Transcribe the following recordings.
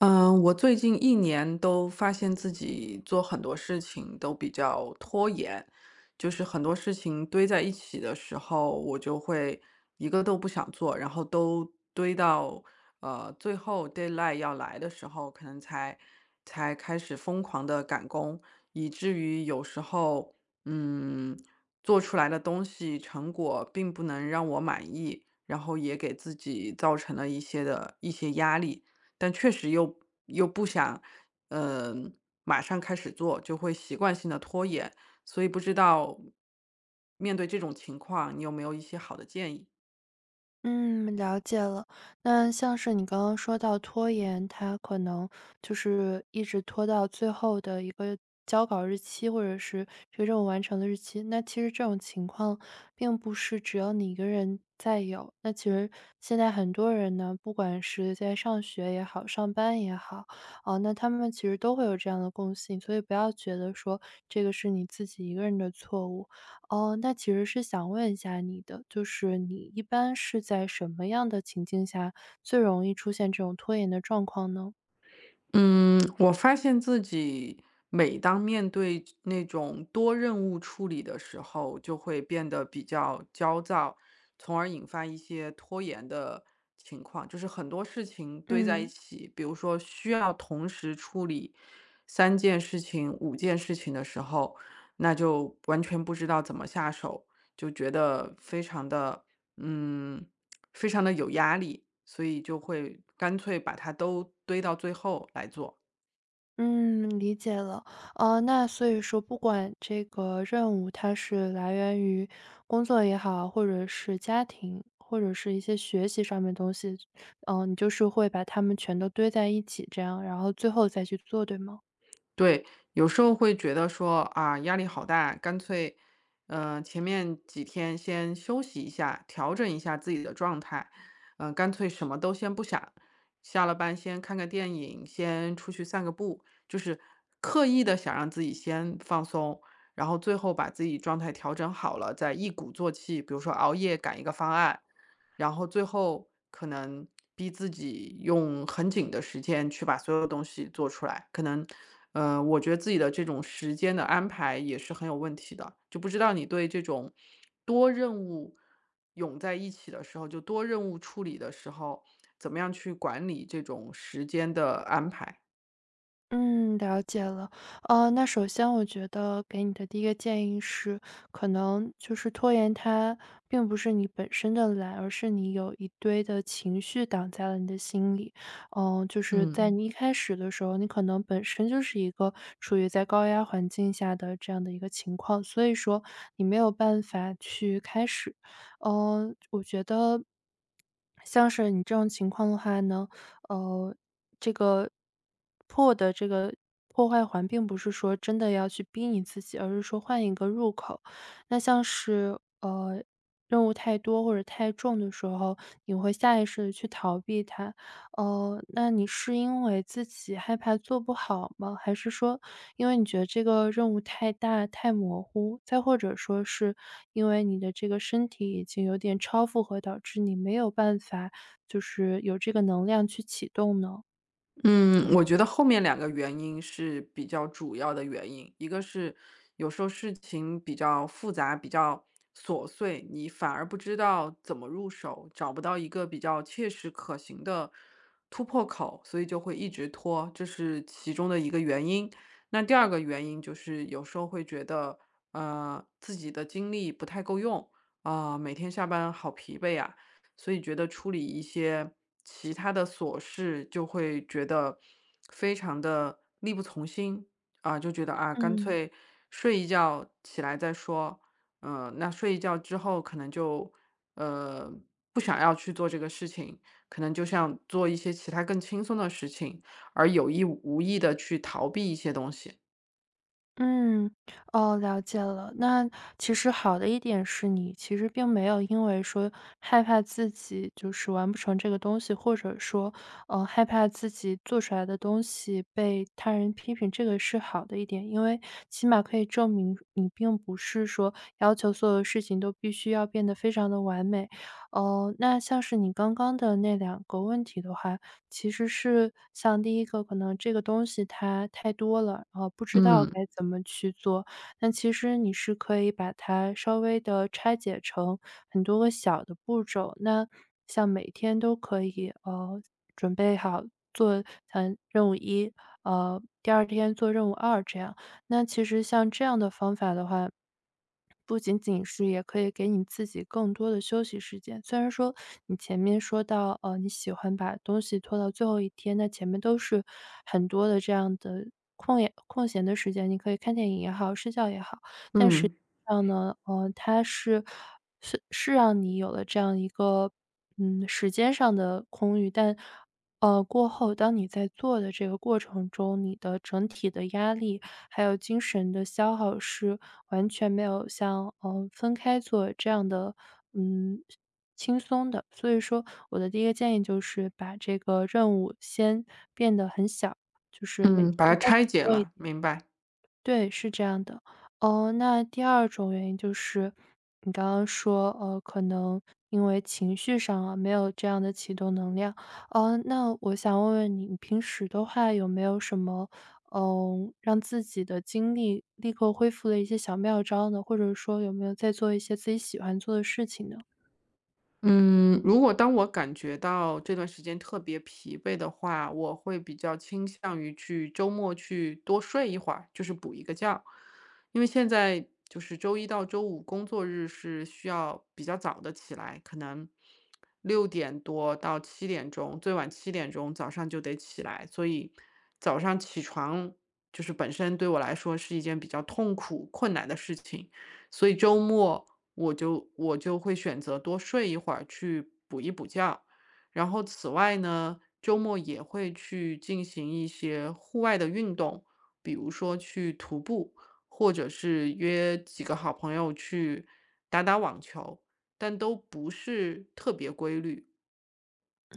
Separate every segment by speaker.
Speaker 1: 嗯，我最近一年都发现自己做很多事情都比较拖延，就是很多事情堆在一起的时候，我就会一个都不想做，然后都堆到最后 deadline 要来的时候，可能才开始疯狂的赶工，以至于有时候嗯做出来的东西成果并不能让我满意，然后也给自己造成了一些压力。但确实又不想，嗯，马上开始做，就会习惯性的拖延，所以不知道面对这种情况，你有没有一些好的建议？
Speaker 2: 嗯，了解了。那像是你刚刚说到拖延，它可能就是一直拖到最后的一个交稿日期，或者是这个任务完成的日期。那其实这种情况并不是只有你一个人在有，那其实现在很多人呢，不管是在上学也好，上班也好，哦，那他们其实都会有这样的共性，所以不要觉得说这个是你自己一个人的错误。哦，那其实是想问一下你的，就是你一般是在什么样的情境下最容易出现这种拖延的状况呢？
Speaker 1: 嗯，我发现自己每当面对那种多任务处理的时候，就会变得比较焦躁，从而引发一些拖延的情况。就是很多事情堆在一
Speaker 2: 嗯
Speaker 1: 起，比如说需要同时处理三件事情、五件事情的时候，那就完全不知道怎么下手，就觉得嗯，非常的有压力，所以就会干脆把它都堆到最后来做。
Speaker 2: 嗯，理解了。那所以说，不管这个任务它是来源于工作也好，或者是家庭，或者是一些学习上面东西，嗯、你就是会把它们全都堆在一起，这样，然后最后再去做，对吗？
Speaker 1: 对，有时候会觉得说，啊，压力好大，干脆，前面几天先休息一下，调整一下自己的状态，干脆什么都先不想，下了班先看个电影，先出去散个步，就是刻意的想让自己先放松，然后最后把自己状态调整好了，再一鼓作气，比如说熬夜赶一个方案。然后最后可能逼自己用很紧的时间去把所有东西做出来，可能，我觉得自己的这种时间的安排也是很有问题的。就不知道你对这种多任务涌在一起的时候，就多任务处理的时候，怎么样去管理这种时间的安排？
Speaker 2: 嗯，了解了。那首先我觉得给你的第一个建议是，可能就是拖延它并不是你本身的懒，而是你有一堆的情绪挡在了你的心里。嗯、就是在
Speaker 1: 嗯。
Speaker 2: 你一开始的时候，你可能本身就是一个处于在高压环境下的这样的一个情况，所以说你没有办法去开始。嗯、我觉得像是你这种情况的话呢，呃，这个破的破坏环并不是说真的要去逼你自己，而是说换一个入口。那像是，任务太多或者太重的时候，你会下意识的去逃避它。哦，那你是因为自己害怕做不好吗？还是说因为你觉得这个任务太大、太模糊？再或者说是因为你的这个身体已经有点超负荷，导致你没有办法就是有这个能量去启动呢？
Speaker 1: 嗯，我觉得后面两个原因是比较主要的原因，一个是有时候事情比较复杂、比较琐碎，你反而不知道怎么入手，找不到一个比较切实可行的突破口，所以就会一直拖，这是其中的一个原因。那第二个原因就是有时候会觉得，自己的精力不太够用，啊、每天下班好疲惫呀、所以觉得处理一些其他的琐事就会觉得非常的力不从心。啊，就觉得，啊，干
Speaker 2: 嗯。
Speaker 1: 脆睡一觉起来再说，那睡一觉之后可能就，呃，不想要去做这个事情，可能就像做一些其他更轻松的事情，而有意无意的去逃避一些东西。
Speaker 2: 嗯，哦，了解了。那其实好的一点是你其实并没有因为说害怕自己就是完不成这个东西，或者说，害怕自己做出来的东西被他人批评，这个是好的一点，因为起码可以证明你并不是说要求所有事情都必须要变得非常的完美。哦，那像是你刚刚的那两个问题的话，其实是像第一个可能这个东西它太多了，然后不知道
Speaker 1: 嗯，
Speaker 2: 该怎么去做。但其实你是可以把它稍微的拆解成很多个小的步骤，那像每天都可以，准备好做像任务一，第二天做任务二这样。那其实像这样的方法的话，不仅仅是也可以给你自己更多的休息时间。虽然说你前面说到，你喜欢把东西拖到最后一天，那前面都是很多的这样的空闲的时间，你可以看电影也好，睡觉也好，但实际
Speaker 1: 嗯，
Speaker 2: 上呢，它是让你有了这样一个嗯时间上的空余，但过后当你在做的这个过程中，你的整体的压力，还有精神的消耗是完全没有像，分开做这样的，嗯，轻松的。所以说我的第一个建议就是把这个任务先变得很小，就是每
Speaker 1: 嗯，
Speaker 2: 天
Speaker 1: 把它
Speaker 2: 开始
Speaker 1: 拆解
Speaker 2: 做一
Speaker 1: 了，
Speaker 2: 点。
Speaker 1: 明白。
Speaker 2: 对，是这样的。哦，那第二种原因就是你刚刚说，可能因为情绪上啊，没有这样的启动能量。那我想问问你，你平时的话有没有什么，嗯，让自己的精力立刻恢复的一些小妙招呢？或者说有没有在做一些自己喜欢做的事情呢？
Speaker 1: 嗯，如果当我感觉到这段时间特别疲惫的话，我会比较倾向于去周末去多睡一会儿，就是补一个觉。因为现在就是周一到周五工作日是需要比较早的起来，可能6点多到七点钟，最晚七点钟早上就得起来，所以早上起床就是本身对我来说是一件比较痛苦、困难的事情，所以周末。我就会选择多睡一会儿去补一补觉。然后此外呢，周末也会去进行一些户外的运动，比如说去徒步，或者是约几个好朋友去打打网球，但都不是特别规律。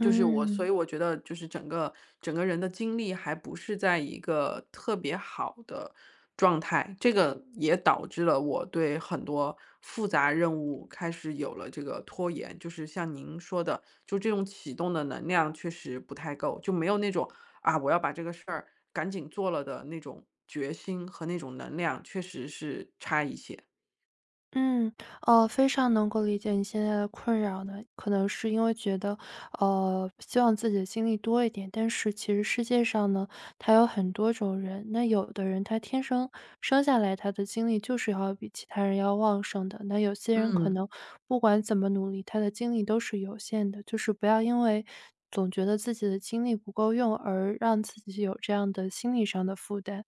Speaker 1: 就是我所以我觉得就是整个人的精力还不是在一个特别好的状态，这个也导致了我对很多复杂任务开始有了这个拖延。就是像您说的，就这种启动的能量确实不太够，就没有那种啊，我要把这个事儿赶紧做了的那种决心和那种能量，确实是差一些。
Speaker 2: 嗯，非常能够理解你现在的困扰呢，可能是因为觉得，希望自己的经历多一点，但是其实世界上呢，它有很多种人，那有的人他天生生下来他的精力就是要比其他人要旺盛的，那有些人可能
Speaker 1: 嗯
Speaker 2: 不管怎么努力，他的精力都是有限的，就是不要因为总觉得自己的精力不够用而让自己有这样的心理上的负担。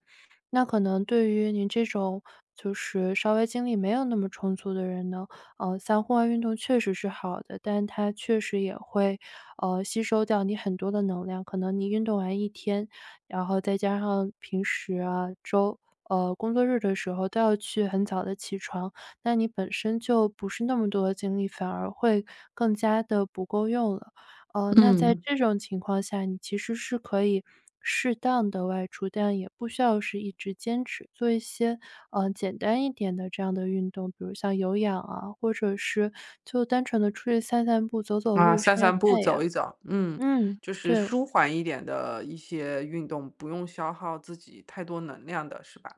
Speaker 2: 那可能对于您这种就是稍微精力没有那么充足的人呢，像户外运动确实是好的，但它确实也会，吸收掉你很多的能量。可能你运动完一天，然后再加上平时啊、工作日的时候都要去很早的起床，那你本身就不是那么多的精力，反而会更加的不够用了。哦，那在
Speaker 1: 嗯。
Speaker 2: 这种情况下，你其实是可以适当的外出，但也不需要是一直坚持。做一些简单一点的这样的运动，比如像有氧啊，或者是就单纯的出去散散步、走走
Speaker 1: 啊，
Speaker 2: 路、晒
Speaker 1: 散
Speaker 2: 晒
Speaker 1: 散步，
Speaker 2: 太阳。
Speaker 1: 走一走，
Speaker 2: 嗯，
Speaker 1: 就是
Speaker 2: 对。
Speaker 1: 舒缓一点的一些运动，不用消耗自己太多能量的，是吧？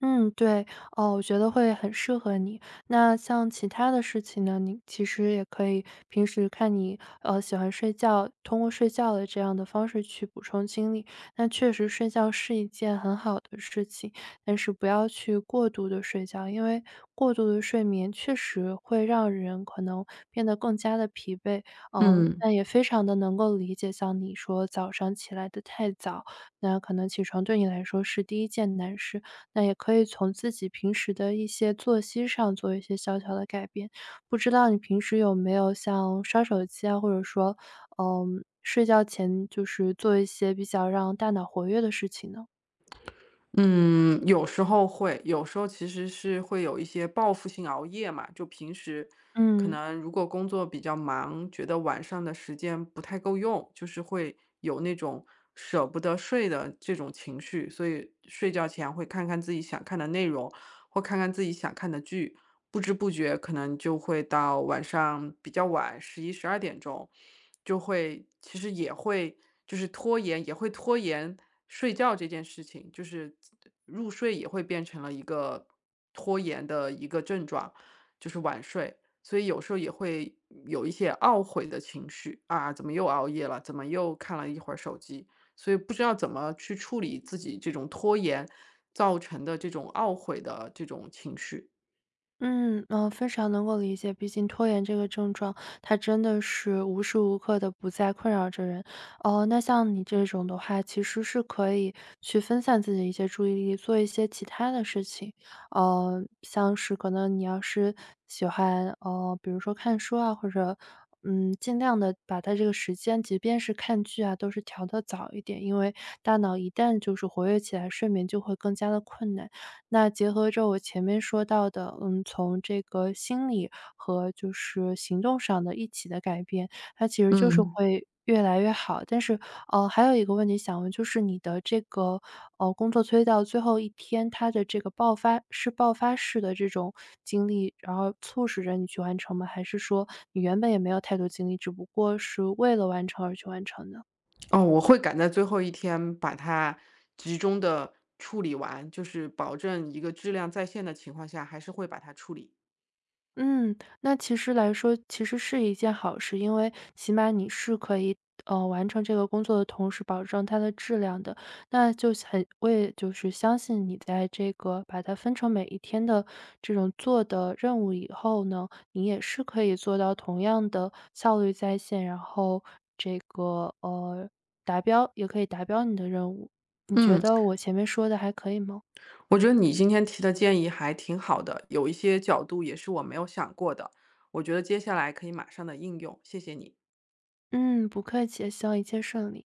Speaker 2: 嗯，对，哦，我觉得会很适合你。那像其他的事情呢，你其实也可以平时看你，喜欢睡觉，通过睡觉的这样的方式去补充精力。那确实睡觉是一件很好的事情，但是不要去过度的睡觉，因为过度的睡眠确实会让人可能变得更加的疲惫。哦。
Speaker 1: 嗯。
Speaker 2: 但也非常的能够理解像你说早上起来的太早，那可能起床对你来说是第一件难事。那也可以从自己平时的一些作息上做一些小小的改变。不知道你平时有没有像刷手机啊，或者说，嗯，睡觉前就是做一些比较让大脑活跃的事情呢？
Speaker 1: 嗯，有时候会，有时候其实是会有一些报复性熬夜嘛，就平时可
Speaker 2: 嗯。
Speaker 1: 能如果工作比较忙，觉得晚上的时间不太够用，就是会有那种舍不得睡的这种情绪，所以睡觉前会看看自己想看的内容，或看看自己想看的剧，不知不觉可能就会到晚上比较晚，11、12点钟。就会其实也会就是拖延，也会拖延睡觉这件事情，就是入睡也会变成了一个拖延的一个症状，就是晚睡。所以有时候也会有一些懊悔的情绪啊，怎么又熬夜了？怎么又看了一会儿手机？所以不知道怎么去处理自己这种拖延造成的这种懊悔的这种情绪。
Speaker 2: 嗯，非常能够理解，毕竟拖延这个症状，它真的是无时无刻的不在困扰着人。哦，那像你这种的话，其实是可以去分散自己的一些注意力，做一些其他的事情。像是可能你要是喜欢，比如说看书啊，或者，嗯，尽量的把它这个时间，即便是看剧啊，都是调的早一点，因为大脑一旦就是活跃起来，睡眠就会更加的困难。那结合着我前面说到的，嗯，从这个心理和就是行动上的一起的改变，它其实就是
Speaker 1: 嗯。
Speaker 2: 会越来越好。但是，还有一个问题想问，就是你的这个，工作推到最后一天，它的这个爆发是爆发式的这种经历，然后促使着你去完成吗？还是说你原本也没有太多精力，只不过是为了完成而去完成的？
Speaker 1: 哦，我会赶在最后一天把它集中的处理完，就是保证一个质量在线的情况下，还是会把它处理。
Speaker 2: 嗯，那其实来说，其实是一件好事，因为起码你是可以，完成这个工作的同时，保证它的质量的。那我也就是相信你在这个把它分成每一天的这种做的任务以后呢，你也是可以做到同样的效率在线，然后这个，达标也可以达标你的任务。你觉
Speaker 1: 嗯，
Speaker 2: 得我前面说的还可以吗？
Speaker 1: 我觉得你今天提的建议还挺好的，有一些角度也是我没有想过的，我觉得接下来可以马上的应用，谢谢你。
Speaker 2: 嗯，不客气，希望一切顺利。